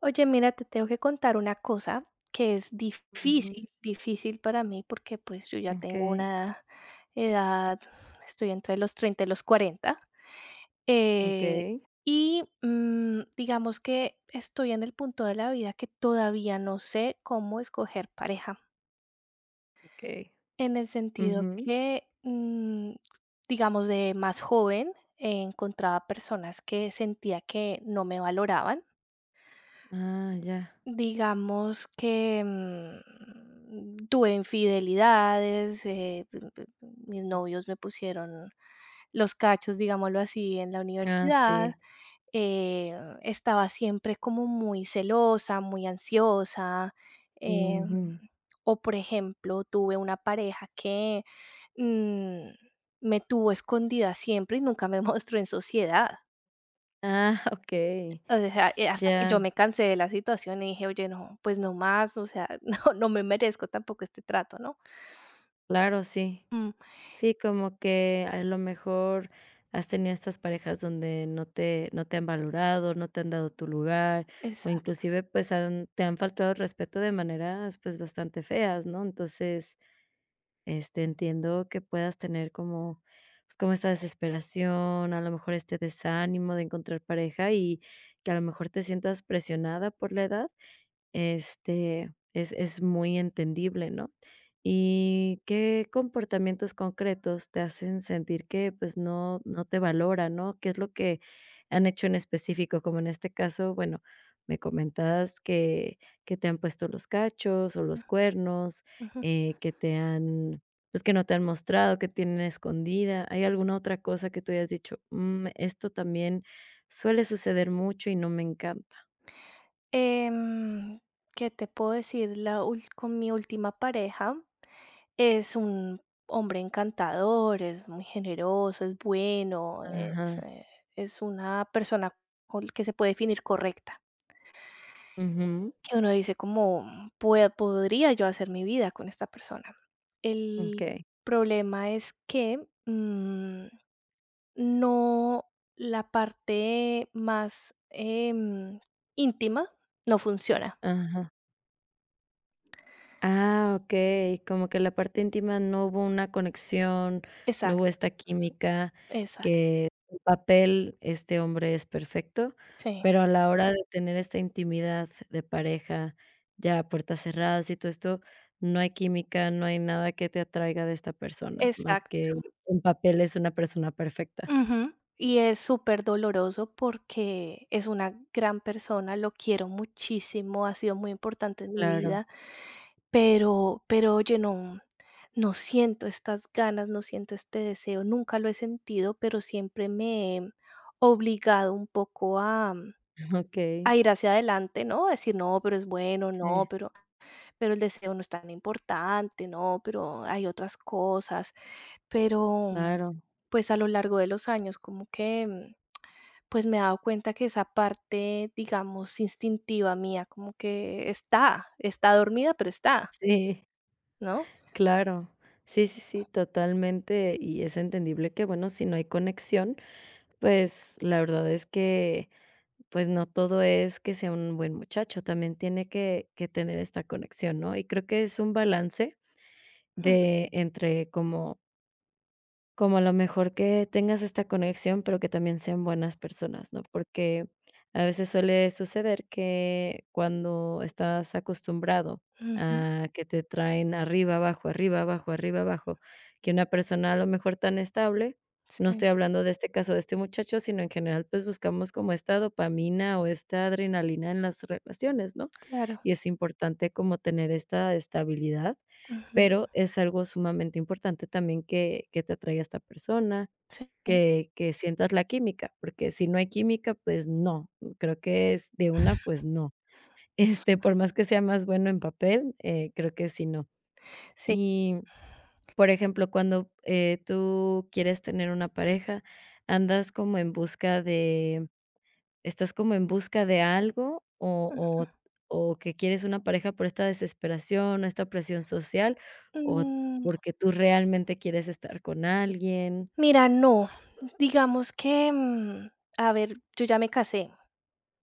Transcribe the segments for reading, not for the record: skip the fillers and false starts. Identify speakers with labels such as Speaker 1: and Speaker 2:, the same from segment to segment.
Speaker 1: Oye, mira, te tengo que contar una cosa que es
Speaker 2: Ujú.
Speaker 1: difícil, difícil para mí porque pues yo ya tengo
Speaker 2: Okay.
Speaker 1: una edad. Estoy entre los 30 y los 40, eh,
Speaker 2: Okay.
Speaker 1: y digamos que estoy en el punto de la vida que todavía no sé cómo escoger pareja,
Speaker 2: Okay.
Speaker 1: en el sentido
Speaker 2: Ujú.
Speaker 1: que, digamos, de más joven, encontraba personas que sentía que no me valoraban.
Speaker 2: Ah, ya.
Speaker 1: Digamos que, tuve infidelidades. P p Mis novios me pusieron los cachos, digámoslo así, en la
Speaker 2: Ah,
Speaker 1: universidad.
Speaker 2: sí.
Speaker 1: eh, Estaba siempre como muy celosa, muy ansiosa. em,
Speaker 2: Ujú.
Speaker 1: o, por ejemplo, tuve una pareja que, mm, me tuvo escondida siempre y nunca me mostró en sociedad.
Speaker 2: Ah, okey.
Speaker 1: O sea, hasta que
Speaker 2: Ya,
Speaker 1: yo me cansé de la situación y dije: "Oye, no, pues no más, o sea, no, no me merezco tampoco este trato", ¿no?
Speaker 2: claro, sí.
Speaker 1: Mm,
Speaker 2: Sí, como que a lo mejor has tenido estas parejas donde no te han valorado, no te han dado tu lugar, o
Speaker 1: exacto,
Speaker 2: inclusive, pues, han te han faltado el respeto de maneras, pues, bastante feas, ¿no? Entonces, este, entiendo que puedas tener como, pues, como esta desesperación, a lo mejor este desánimo de encontrar pareja y que a lo mejor te sientas presionada por la edad. Este, es muy entendible, ¿no? ¿Y qué comportamientos concretos te hacen sentir que, pues, no te valora, no? ¿Qué es lo que han hecho en específico? Como en este caso, bueno, me comentas que te han puesto los cachos o los cuernos,
Speaker 1: ujú.
Speaker 2: eh, que te han que no te han mostrado, que tienen escondida. ¿Hay alguna otra cosa que tú hayas dicho: "Mm, esto también suele suceder mucho y no me encanta"?
Speaker 1: Em, ¿Qué te puedo decir? La ul con mi última pareja, es un hombre encantador, es muy generoso, es bueno,
Speaker 2: Ajá.
Speaker 1: es una persona con que se puede definir correcta, que uno dice como: Podría yo hacer mi vida con esta persona. El
Speaker 2: Okey,
Speaker 1: problema es que, no, la parte más íntima no funciona".
Speaker 2: ajá. Ah, okey, como que la parte íntima no hubo una conexión, no hubo
Speaker 1: Exacto,
Speaker 2: esta química,
Speaker 1: exacto,
Speaker 2: que en papel este hombre es perfecto,
Speaker 1: sí,
Speaker 2: pero a la hora de tener esta intimidad de pareja, ya a puertas cerradas y todo esto, no hay química, no hay nada que te atraiga de esta persona, más
Speaker 1: exacto.
Speaker 2: que en papel es una persona perfecta.
Speaker 1: Ujú. Y es súper doloroso porque es una gran persona, lo quiero muchísimo, ha sido muy importante en mi
Speaker 2: Claro,
Speaker 1: vida. Pero oye, no no siento estas ganas, no siento este deseo, nunca lo he sentido, pero siempre me he obligado un poco a
Speaker 2: okey,
Speaker 1: ir hacia adelante, ¿no? A decir: "No, pero es bueno, no,
Speaker 2: sí,
Speaker 1: pero el deseo no es tan importante, no, pero hay otras cosas". Pero,
Speaker 2: claro,
Speaker 1: pues, a lo largo de los años como que, pues, me he dado cuenta que esa parte, digamos, instintiva mía como que está, está dormida, pero está,
Speaker 2: sí.
Speaker 1: ¿no?
Speaker 2: Claro. Sí, sí, sí, totalmente. Y es entendible que, bueno, si no hay conexión, pues la verdad es que, pues no todo es que sea un buen muchacho, también tiene que, tener esta conexión, ¿no? Y creo que es un balance de entre como a lo mejor que tengas esta conexión, pero que también sean buenas personas, ¿no? Porque a veces suele suceder que cuando estás acostumbrado a que te traen arriba, abajo, arriba, abajo, arriba, abajo, que una persona a lo mejor tan estable, no
Speaker 1: Sí,
Speaker 2: estoy hablando de este caso de este muchacho, sino en general, pues buscamos como esta dopamina o esta adrenalina en las relaciones, ¿no?
Speaker 1: claro.
Speaker 2: Y es importante como tener esta estabilidad,
Speaker 1: Ujú,
Speaker 2: pero es algo sumamente importante también que te atraiga esta persona,
Speaker 1: sí.
Speaker 2: que sientas la química, porque si no hay química, pues no, creo que es de una, pues no. Este, por más que sea más bueno en papel, creo que sí, no.
Speaker 1: Sí.
Speaker 2: Y, por ejemplo, cuando, tú quieres tener una pareja, andas como en busca de ¿estás como en busca de algo o que quieres una pareja por esta desesperación, esta presión social, o
Speaker 1: Mm,
Speaker 2: porque tú realmente quieres estar con alguien?
Speaker 1: mira, no. Digamos que, a ver, yo ya me casé,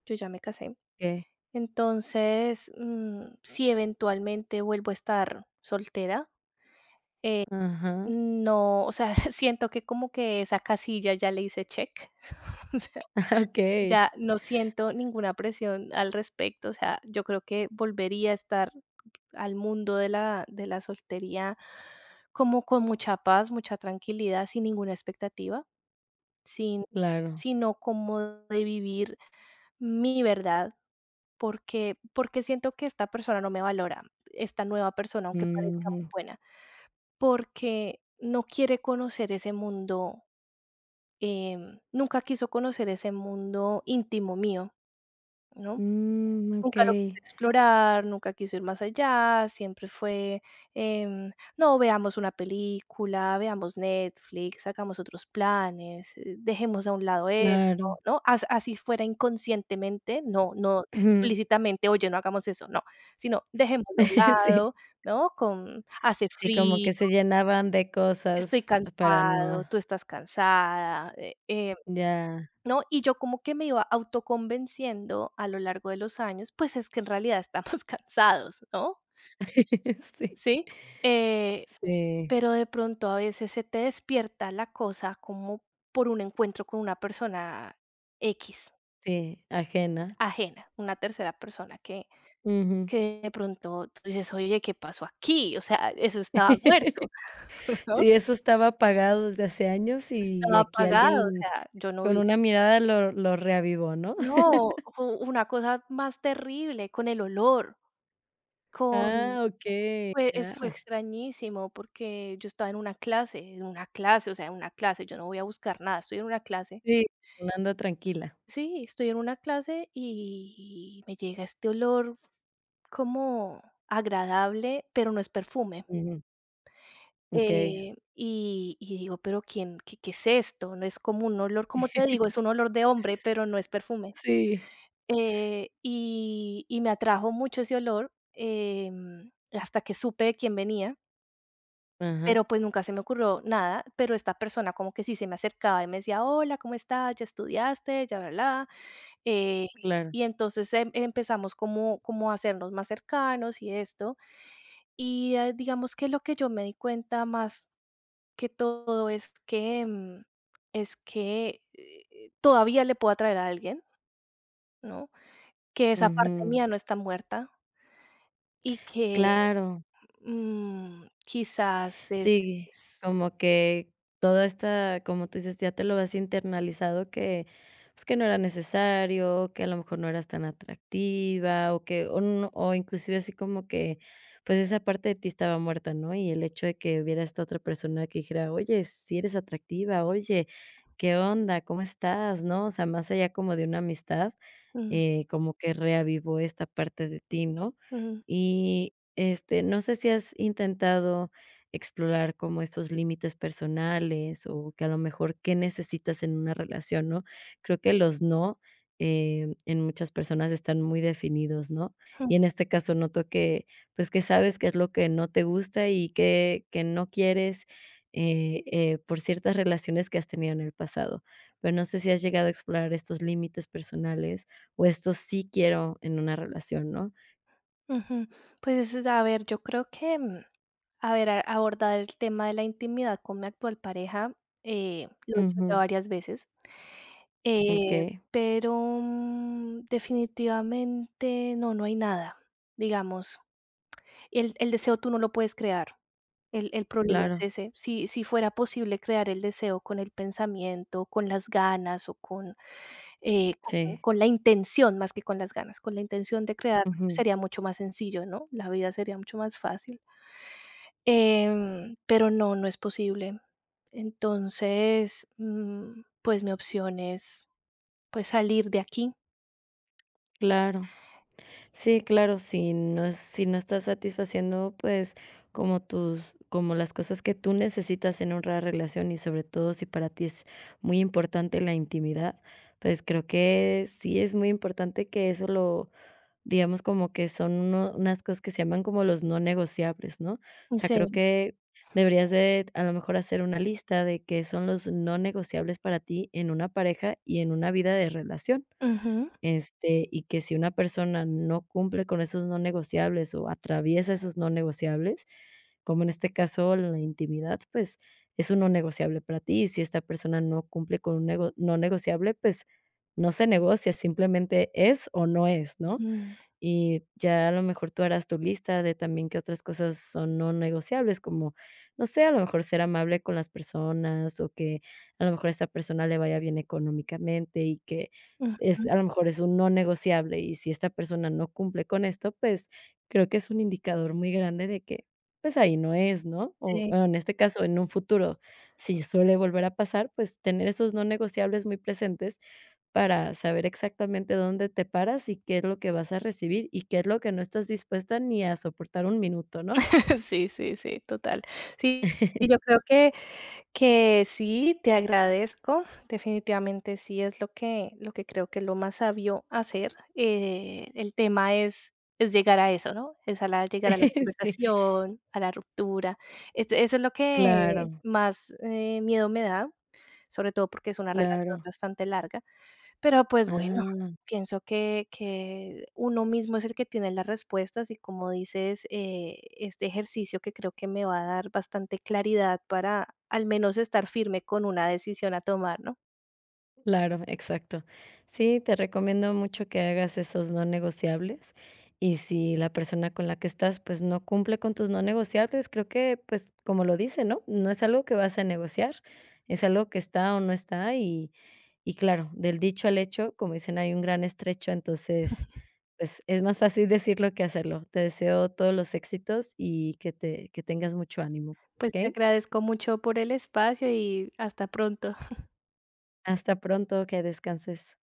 Speaker 1: yo ya me casé.
Speaker 2: ¿Qué?
Speaker 1: Entonces, si eventualmente vuelvo a estar soltera,
Speaker 2: Ajá.
Speaker 1: no, o sea, siento que como que esa casilla ya le hice check.
Speaker 2: Okey,
Speaker 1: Ya no siento ninguna presión al respecto, o sea, yo creo que volvería a estar al mundo de la soltería como con mucha paz, mucha tranquilidad, sin ninguna expectativa, sin
Speaker 2: claro.
Speaker 1: sino como de vivir mi verdad, porque siento que esta persona no me valora, esta nueva persona, aunque parezca
Speaker 2: Ujú.
Speaker 1: muy buena, porque no quiere conocer ese mundo. Nunca quiso conocer ese mundo íntimo mío, ¿no?
Speaker 2: Mm,
Speaker 1: Nunca lo quise
Speaker 2: okey,
Speaker 1: explorar, nunca quiso ir más allá, siempre fue, no, veamos una película, veamos Netflix, hagamos otros planes, dejemos a un lado eso,
Speaker 2: claro.
Speaker 1: ¿no? As Así fuera inconscientemente, no no
Speaker 2: Ujú.
Speaker 1: explícitamente, oye, no hagamos eso, no, sino dejémoslo a un
Speaker 2: Sí.
Speaker 1: lado, ¿no? Con Hace
Speaker 2: Sí, como
Speaker 1: frío,
Speaker 2: que se llenaban de
Speaker 1: estoy
Speaker 2: cosas para
Speaker 1: cansado,
Speaker 2: no.
Speaker 1: tú estás cansada,
Speaker 2: Ya.
Speaker 1: ¿no? Y yo como que me iba autoconvenciendo a lo largo de los años, pues es que en realidad estamos cansados, ¿no?
Speaker 2: Sí,
Speaker 1: ¿Sí? Eh,
Speaker 2: sí,
Speaker 1: pero de pronto a veces se te despierta la cosa como por un encuentro con una persona X,
Speaker 2: sí, ajena.
Speaker 1: ajena, una tercera persona
Speaker 2: Ujú.
Speaker 1: que de pronto tú dices, oye, ¿qué pasó aquí? O sea, eso estaba muerto, ¿no?
Speaker 2: Sí, eso estaba apagado desde hace años
Speaker 1: Eso
Speaker 2: y
Speaker 1: estaba
Speaker 2: aquí
Speaker 1: apagado, o
Speaker 2: alguien
Speaker 1: sea, yo no
Speaker 2: con
Speaker 1: vi.
Speaker 2: una mirada lo reavivó, ¿no?
Speaker 1: No, o una cosa más terrible con el olor. con
Speaker 2: Ah, okey,
Speaker 1: Fue es fue
Speaker 2: ya.
Speaker 1: extrañísimo, porque yo estaba en una clase, o sea, en una clase, yo no voy a buscar nada, estoy en una clase.
Speaker 2: Sí, uno anda tranquila.
Speaker 1: Sí, estoy en una clase y me llega este olor como agradable, pero no es perfume.
Speaker 2: Ujú, okey.
Speaker 1: Y digo: "¿Pero quién qué qué es esto?". No es como un olor, como te digo, es un olor de hombre, pero no es perfume.
Speaker 2: Sí.
Speaker 1: Y me atrajo mucho ese olor, hasta que supe de quién venía.
Speaker 2: Ajá,
Speaker 1: Pero, pues, nunca se me ocurrió nada, pero esta persona como que sí se me acercaba y me decía: "Hola, ¿cómo estás? ¿Ya estudiaste? Ya, bla, bla". Eh,
Speaker 2: claro.
Speaker 1: y entonces empezamos como a hacernos más cercanos y esto. Y, digamos que lo que yo me di cuenta más que todo es que, es que, todavía le puedo atraer a alguien, ¿no? Que esa parte
Speaker 2: Ujú,
Speaker 1: mía no está muerta y que,
Speaker 2: claro.
Speaker 1: mm, quizás es
Speaker 2: Sí,
Speaker 1: es
Speaker 2: como que toda esta, como tú dices, ya te lo has internalizado que, pues, que no era necesario, que a lo mejor no eras tan atractiva, o que, o no, o inclusive así como que, pues esa parte de ti estaba muerta, ¿no? Y el hecho de que hubiera esta otra persona que dijera, oye, si eres atractiva, oye, ¿qué onda? ¿Cómo estás? ¿No? O sea, más allá como de una amistad,
Speaker 1: mm,
Speaker 2: como que reavivó esta parte de ti, ¿no?
Speaker 1: ujú.
Speaker 2: Y este, no sé si has intentado explorar como estos límites personales o que a lo mejor qué necesitas en una relación, ¿no? Creo que los no, en muchas personas están muy definidos, ¿no? Y en este caso noto que, pues, que sabes qué es lo que no te gusta y qué no quieres, por ciertas relaciones que has tenido en el pasado. Pero no sé si has llegado a explorar estos límites personales o esto sí quiero en una relación, ¿no?
Speaker 1: Ujú. Pues, es a ver, yo creo que, a ver, a abordar el tema de la intimidad con mi actual pareja, lo he hecho ya
Speaker 2: Ujú,
Speaker 1: varias veces, eh,
Speaker 2: okey,
Speaker 1: pero, definitivamente no, no hay nada, digamos. El deseo tú no lo puedes crear, el problema es
Speaker 2: claro,
Speaker 1: ese. Si si fuera posible crear el deseo con el pensamiento, con las ganas o con eh, con
Speaker 2: sí,
Speaker 1: con la intención más que con las ganas, con la intención de crear pues,
Speaker 2: ujú,
Speaker 1: sería mucho más sencillo, ¿no? La vida sería mucho más fácil. Pero no, no es posible. Entonces, pues, mi opción es, pues, salir de aquí.
Speaker 2: claro. Sí, claro, si no es si no estás satisfaciendo, pues, como las cosas que tú necesitas en una relación, y sobre todo si para ti es muy importante la intimidad, pues, creo que sí es muy importante que eso lo digamos, como que son uno unas cosas que se llaman como los no negociables, ¿no? O sea,
Speaker 1: Sí.
Speaker 2: creo que deberías de, a lo mejor, hacer una lista de qué son los no negociables para ti en una pareja y en una vida de relación.
Speaker 1: Ujú.
Speaker 2: Este, y que si una persona no cumple con esos no negociables o atraviesa esos no negociables, como en este caso la intimidad, pues es un no negociable para ti. Y si esta persona no cumple con un nego no negociable, pues no se negocia, simplemente es o no es, ¿no?
Speaker 1: Mm,
Speaker 2: Y ya a lo mejor tú harás tu lista de también qué otras cosas son no negociables, como, no sé, a lo mejor ser amable con las personas o que a lo mejor a esta persona le vaya bien económicamente y que s
Speaker 1: ujú.
Speaker 2: es a lo mejor es un no negociable, y si esta persona no cumple con esto, pues, creo que es un indicador muy grande de que, pues, ahí no es, ¿no? O
Speaker 1: Sí.
Speaker 2: en este caso, en un futuro, si suele volver a pasar, pues, tener esos no negociables muy presentes para saber exactamente dónde te paras y qué es lo que vas a recibir y qué es lo que no estás dispuesta ni a soportar un minuto, ¿no?
Speaker 1: Sí, sí, sí, total. Sí, y yo creo que sí, te agradezco. Definitivamente sí es lo que creo que es lo más sabio hacer. El tema es llegar a eso, ¿no? Es a la llegar a la
Speaker 2: Sí,
Speaker 1: conversación, a la ruptura. Es Eso es lo que
Speaker 2: claro,
Speaker 1: más, miedo me da, sobre todo porque es una relación
Speaker 2: claro.
Speaker 1: bastante larga. Pero, pues, bueno,
Speaker 2: Ah,
Speaker 1: pienso que uno mismo es el que tiene las respuestas, y como dices, este ejercicio que creo que me va a dar bastante claridad para, al menos, estar firme con una decisión a tomar, ¿no?
Speaker 2: claro, exacto. Sí, te recomiendo mucho que hagas esos no negociables y si la persona con la que estás, pues, no cumple con tus no negociables, creo que, pues, como lo dice, ¿no? No es algo que vas a negociar, es algo que está o no está. Y claro, del dicho al hecho, como dicen, hay un gran estrecho, entonces, pues, es más fácil decirlo que hacerlo. Te deseo todos los éxitos y que tengas mucho ánimo,
Speaker 1: Pues, te
Speaker 2: ¿okey?
Speaker 1: agradezco mucho por el espacio y hasta pronto.
Speaker 2: Hasta pronto, que descanses.